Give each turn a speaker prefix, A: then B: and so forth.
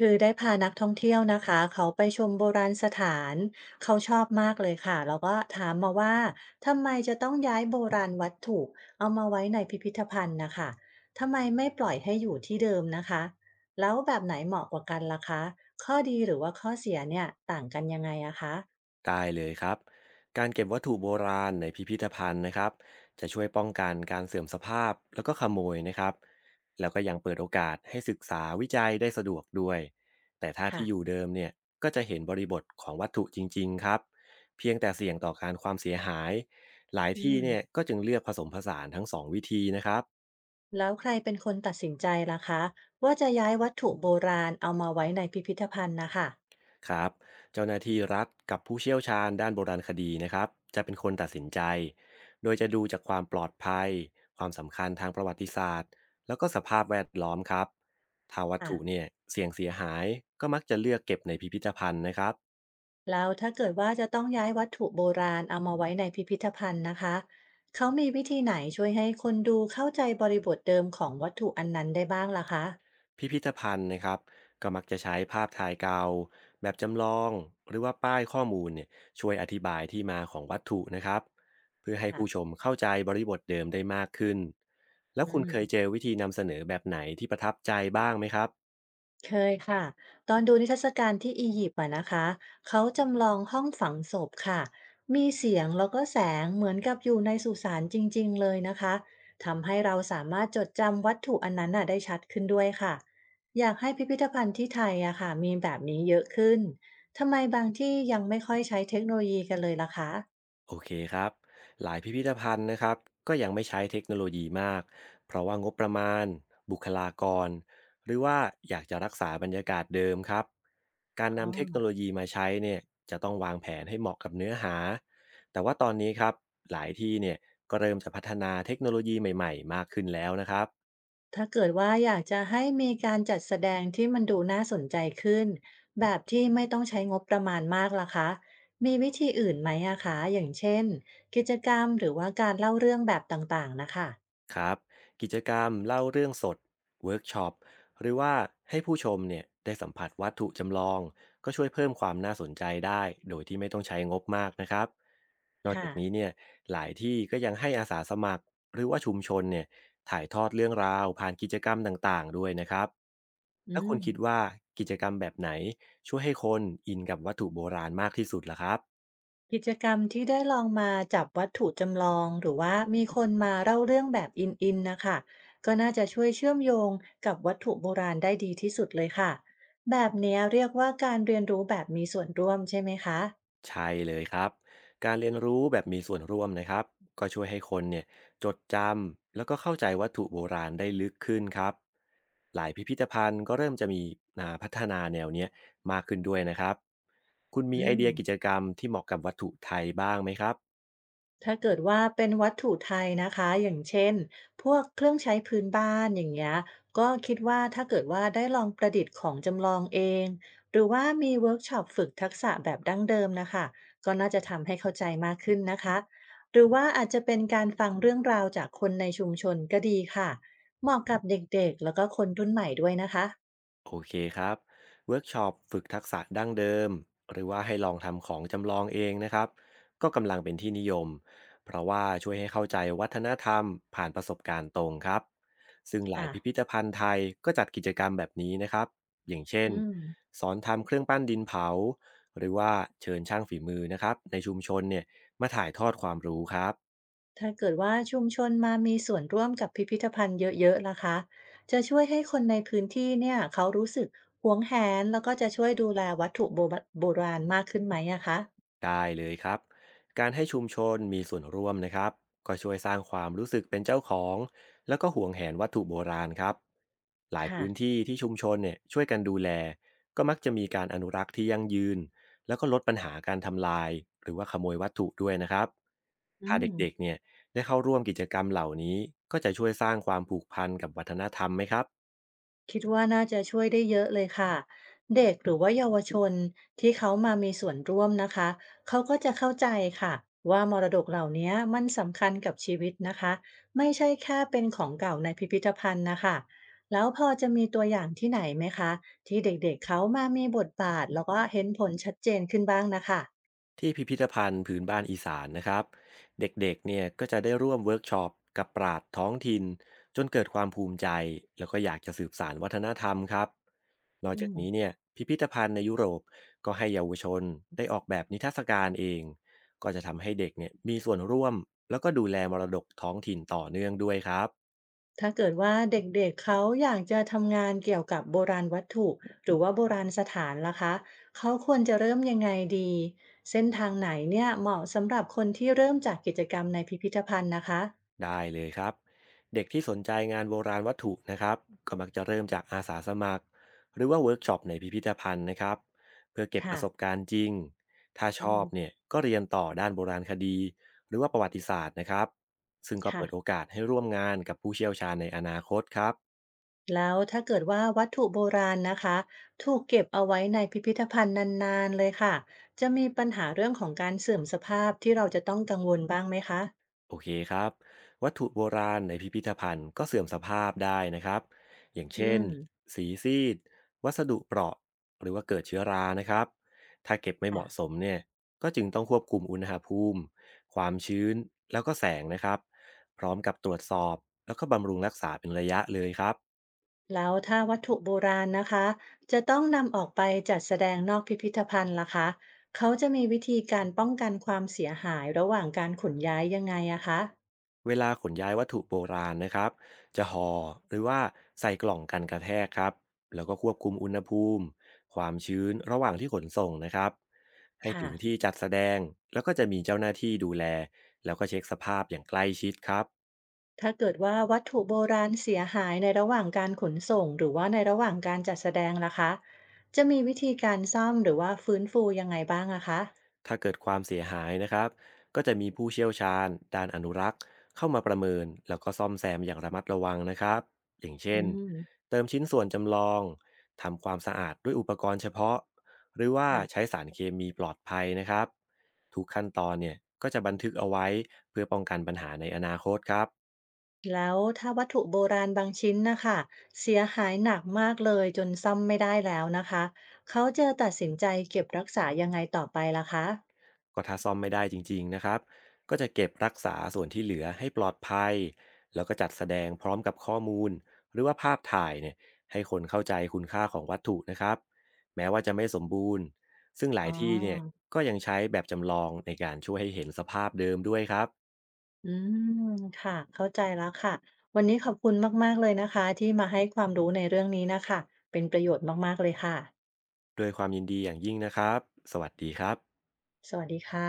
A: คือได้พานักท่องเที่ยวนะคะเขาไปชมโบราณสถานเขาชอบมากเลยค่ะแล้วก็ถามมาว่าทำไมจะต้องย้ายโบราณวัตถุเอามาไว้ในพิพิธภัณฑ์นะคะทำไมไม่ปล่อยให้อยู่ที่เดิมนะคะแล้วแบบไหนเหมาะกว่ากันล่ะคะข้อดีหรือว่าข้อเสียเนี่ยต่างกันยังไงอะคะ
B: ได้เลยครับการเก็บวัตถุโบราณในพิพิธภัณฑ์นะครับจะช่วยป้องกันการเสื่อมสภาพแล้วก็ขโมยนะครับแล้วก็ยังเปิดโอกาสให้ศึกษาวิจัยได้สะดวกด้วยแต่ถ้า
A: ค่ะ
B: ที่อยู่เดิมเนี่ยก็จะเห็นบริบทของวัตถุจริงๆครับเพียงแต่เสี่ยงต่อการความเสียหายหลาย
A: อื
B: ที่
A: ม
B: เนี่ยก็จึงเลือกผสมผสานทั้งสองวิธีนะครับ
A: แล้วใครเป็นคนตัดสินใจล่ะคะว่าจะย้ายวัตถุโบราณเอามาไว้ในพิพิธภัณฑ์นะคะ
B: ครับเจ้าหน้าที่รัฐกับผู้เชี่ยวชาญด้านโบราณคดีนะครับจะเป็นคนตัดสินใจโดยจะดูจากความปลอดภัยความสำคัญทางประวัติศาสตร์แล้วก็สภาพแวดล้อมครับถ้าวัต
A: อ่ะ
B: ถุเนี่ยเสี่ยงเสียหายก็มักจะเลือกเก็บในพิพิธภัณฑ์นะครับ
A: แล้วถ้าเกิดว่าจะต้องย้ายวัตถุโบราณเอามาไว้ในพิพิธภัณฑ์นะคะ เขามีวิธีไหนช่วยให้คนดูเข้าใจบริบทเดิมของวัตถุอันนั้นได้บ้างล่ะคะ
B: พิพิธภัณฑ์นะครับก็มักจะใช้ภาพถ่ายเก่าแบบจำลองหรือว่าป้ายข้อมูลเนี่ยช่วยอธิบายที่มาของวัตถุนะครับเพื่อให้ผู้ช
A: ค่ะ
B: มเข้าใจบริบทเดิมได้มากขึ้นแล้ว
A: อื
B: คุณ
A: ม
B: เคยเจอวิธีนำเสนอแบบไหนที่ประทับใจบ้างไหมครับ
A: เคยค่ะตอนดูนิทรรศการที่อียิปต์อะนะคะเขาจำลองห้องฝังศพค่ะมีเสียงแล้วก็แสงเหมือนกับอยู่ในสุสานจริงๆเลยนะคะทำให้เราสามารถจดจำวัตถุอันนั้นน่ะได้ชัดขึ้นด้วยค่ะอยากให้พิพิธภัณฑ์ที่ไทยอะค่ะมีแบบนี้เยอะขึ้นทำไมบางที่ยังไม่ค่อยใช้เทคโนโลยีกันเลยล่ะคะ
B: โอเคครับหลายพิพิธภัณฑ์นะครับก็ยังไม่ใช้เทคโนโลยีมากเพราะว่างบประมาณบุคลากรหรือว่าอยากจะรักษาบรรยากาศเดิมครับการ
A: อ๋อ
B: นำเทคโนโลยีมาใช้เนี่ยจะต้องวางแผนให้เหมาะกับเนื้อหาแต่ว่าตอนนี้ครับหลายที่เนี่ยก็เริ่มจะพัฒนาเทคโนโลยีใหม่ๆมากขึ้นแล้วนะครับ
A: ถ้าเกิดว่าอยากจะให้มีการจัดแสดงที่มันดูน่าสนใจขึ้นแบบที่ไม่ต้องใช้งบประมาณมากล่ะคะมีวิธีอื่นไหมอะคะอย่างเช่นกิจกรรมหรือว่าการเล่าเรื่องแบบต่างๆนะคะ
B: ครับกิจกรรมเล่าเรื่องสดเวิร์กช็อปหรือว่าให้ผู้ชมเนี่ยได้สัมผัสวัตถุจำลองก็ช่วยเพิ่มความน่าสนใจได้โดยที่ไม่ต้องใช้งบมากนะครับนอก
A: ค่ะ
B: จากนี้เนี่ยหลายที่ก็ยังให้อาสาสมัครหรือว่าชุมชนเนี่ยถ่ายทอดเรื่องราวผ่านกิจกรรมต่างๆด้วยนะครับแล้
A: อื
B: ว
A: ม
B: คุณคิดว่ากิจกรรมแบบไหนช่วยให้คนอินกับวัตถุโบราณมากที่สุดล่ะครับ
A: กิจกรรมที่ได้ลองมาจับวัตถุจำลองหรือว่ามีคนมาเล่าเรื่องแบบอินๆนะคะก็น่าจะช่วยเชื่อมโยงกับวัตถุโบราณได้ดีที่สุดเลยค่ะแบบเนี้ยเรียกว่าการเรียนรู้แบบมีส่วนร่วมใช่ไหมคะ
B: ใช่เลยครับ การเรียนรู้แบบมีส่วนร่วมนะครับ ก็ช่วยให้คนเนี่ยจดจำแล้วก็เข้าใจวัตถุโบราณได้ลึกขึ้นครับ หลายพิพิธภัณฑ์ก็เริ่มจะมีพัฒนาแนวเนี้ยมากขึ้นด้วยนะครับ คุณมี
A: อื
B: ไอ
A: ม
B: เดียกิจกรรมที่เหมาะกับวัตถุไทยบ้างไหมครับ
A: ถ้าเกิดว่าเป็นวัตถุไทยนะคะอย่างเช่นพวกเครื่องใช้พื้นบ้านอย่างเงี้ยก็คิดว่าถ้าเกิดว่าได้ลองประดิษฐ์ของจำลองเองหรือว่ามีเวิร์กช็อปฝึกทักษะแบบดั้งเดิมนะคะก็น่าจะทำให้เข้าใจมากขึ้นนะคะหรือว่าอาจจะเป็นการฟังเรื่องราวจากคนในชุมชนก็ดีค่ะเหมาะกับเด็กๆแล้วก็คนรุ่นใหม่ด้วยนะคะ
B: โอเคครับ เวิร์กช็อปฝึกทักษะดั้งเดิมหรือว่าให้ลองทำของจำลองเองนะครับ ก็กำลังเป็นที่นิยมเพราะว่าช่วยให้เข้าใจวัฒนธรรมผ่านประสบการณ์ตรงครับ ซึ่งหลาย
A: ค่ะ
B: พิพิธภัณฑ์ไทยก็จัดกิจกรรมแบบนี้นะครับ อย่างเช่น
A: อืม
B: สอนทำเครื่องปั้นดินเผาหรือว่าเชิญช่างฝีมือนะครับในชุมชนเนี่ยมาถ่ายทอดความรู้ครับ
A: ถ้าเกิดว่าชุมชนมามีส่วนร่วมกับพิพิธภัณฑ์เยอะๆล่ะคะจะช่วยให้คนในพื้นที่เนี่ยเขารู้สึกหวงแหนแล้วก็จะช่วยดูแลวัตถุโบราณมากขึ้นไหมอะคะ
B: ได้เลยครับการให้ชุมชนมีส่วนร่วมนะครับก็ช่วยสร้างความรู้สึกเป็นเจ้าของแล้วก็ห่วงแหนวัตถุโบราณครับหลาย
A: ค่ะ
B: พื้นที่ที่ชุมชนเนี่ยช่วยกันดูแลก็มักจะมีการอนุรักษ์ที่ยั่งยืนแล้วก็ลดปัญหาการทำลายหรือว่าขโมยวัตถุด้วยนะครับ
A: อื
B: ถ้าเ
A: ม
B: ด็กๆเนี่ยได้เข้าร่วมกิจกรรมเหล่านี้ก็จะช่วยสร้างความผูกพันกับวัฒนธรรมไหมครับ
A: คิดว่าน่าจะช่วยได้เยอะเลยค่ะเด็กหรือว่าเยาวชนที่เขามามีส่วนร่วมนะคะเขาก็จะเข้าใจค่ะว่ามรดกเหล่านี้มันสำคัญกับชีวิตนะคะไม่ใช่แค่เป็นของเก่าในพิพิธภัณฑ์นะคะแล้วพอจะมีตัวอย่างที่ไหนไหมคะที่เด็กๆเขามามีบทบาทแล้วก็เห็นผลชัดเจนขึ้นบ้างนะคะ
B: ที่พิพิธภัณฑ์พื้นบ้านอีสานนะครับเด็กๆเนี่ยก็จะได้ร่วมเวิร์กช็อปกับปราชญ์ท้องถิ่นจนเกิดความภูมิใจแล้วก็อยากจะสืบสานวัฒนธรรมครับนอก
A: อื
B: จากนี้
A: ม
B: เนี่ยพิพิธภัณฑ์ในยุโรปก็ให้เยาวชนได้ออกแบบนิทรรศการเองก็จะทำให้เด็กเนี่ยมีส่วนร่วมแล้วก็ดูแลมรดกท้องถิ่นต่อเนื่องด้วยครับ
A: ถ้าเกิดว่าเด็กๆเขาอยากจะทำงานเกี่ยวกับโบราณวัตถุหรือว่าโบราณสถานล่ะคะเขาควรจะเริ่มยังไงดีเส้นทางไหนเนี่ยเหมาะสำหรับคนที่เริ่มจากกิจกรรมในพิพิธภัณฑ์นะคะ
B: ได้เลยครับเด็กที่สนใจงานโบราณวัตถุนะครับก็มักจะเริ่มจากอาสาสมัครหรือว่าเวิร์กช็อปในพิพิธภัณฑ์นะครับเพื่อเก็บป
A: ค่ะ
B: ระสบการณ์จริงถ้าช
A: อื
B: อบ
A: ม
B: เนี่ยก็เรียนต่อด้านโบราณคดีหรือว่าประวัติศาสตร์นะครับซึ่งก็
A: ค่ะ
B: เปิดโอกาสให้ร่วมงานกับผู้เชี่ยวชาญในอนาคตครับ
A: แล้วถ้าเกิดว่าวัตถุโบราณนะคะถูกเก็บเอาไว้ในพิพิธภัณฑ์นานๆเลยค่ะจะมีปัญหาเรื่องของการเสื่อมสภาพที่เราจะต้องกังวลบ้างไหมคะ
B: โอเคครับวัตถุโบราณในพิพิธภัณฑ์ก็เสื่อมสภาพได้นะครับอย่าง
A: อื
B: เช่น
A: ม
B: สีซีดวัสดุเปราะหรือว่าเกิดเชื้อรานะครับถ้าเก็บไม่เหมาะส
A: ค่ะ
B: มเนี่ยก็จึงต้องควบคุมอุณหภูมิความชื้นแล้วก็แสงนะครับพร้อมกับตรวจสอบแล้วก็บำรุงรักษาเป็นระยะเลยครับ
A: แล้วถ้าวัตถุโบราณนะคะจะต้องนำออกไปจัดแสดงนอกพิพิธภัณฑ์ล่ะคะเขาจะมีวิธีการป้องกันความเสียหายระหว่างการขนย้ายยังไงอะคะ
B: เวลาขนย้ายวัตถุโบราณนะครับจะห่อหรือว่าใส่กล่องกันกระแทกครับแล้วก็ควบคุมอุณหภูมิความชื้นระหว่างที่ขนส่งนะครับให้ถึงที่
A: ค่ะ
B: จัดแสดงแล้วก็จะมีเจ้าหน้าที่ดูแลแล้วก็เช็คสภาพอย่างใกล้ชิดครับ
A: ถ้าเกิดว่าวัตถุโบราณเสียหายในระหว่างการขนส่งหรือว่าในระหว่างการจัดแสดงล่ะคะจะมีวิธีการซ่อมหรือว่าฟื้นฟูยังไงบ้างอะคะ
B: ถ้าเกิดความเสียหายนะครับก็จะมีผู้เชี่ยวชาญด้านอนุรักษ์เข้ามาประเมินแล้วก็ซ่อมแซมอย่างระมัดระวังนะครับอย่างเช่
A: อื
B: น
A: ม
B: เติมชิ้นส่วนจำลองทำความสะอาดด้วยอุปกรณ์เฉพาะหรือว่าใช้
A: ค่ะ
B: สารเคมีปลอดภัยนะครับทุกขั้นตอนเนี่ยก็จะบันทึกเอาไว้เพื่อป้องกันปัญหาในอนาคตครับ
A: แล้วถ้าวัตถุโบราณบางชิ้นนะคะเสียหายหนักมากเลยจนซ่อมไม่ได้แล้วนะคะเขาจะตัดสินใจเก็บรักษายังไงต่อไปล่ะคะ
B: ก็ถ้าซ่อมไม่ได้จริงๆนะครับก็จะเก็บรักษาส่วนที่เหลือให้ปลอดภัยแล้วก็จัดแสดงพร้อมกับข้อมูลหรือว่าภาพถ่ายเนี่ยให้คนเข้าใจคุณค่าของวัตถุนะครับแม้ว่าจะไม่สมบูรณ์ซึ่งหลา
A: อ๋
B: ย
A: อ
B: ที่เนี่ยก็ยังใช้แบบจำลองในการช่วยให้เห็นสภาพเดิมด้วยครับ
A: อืมค่ะเข้าใจแล้วค่ะวันนี้ขอบคุณมากๆเลยนะคะที่มาให้ความรู้ในเรื่องนี้นะคะเป็นประโยชน์มากๆเลยค่ะ
B: ด้วยความยินดีอย่างยิ่งนะครับสวัสดีครับ
A: สวัสดีค่ะ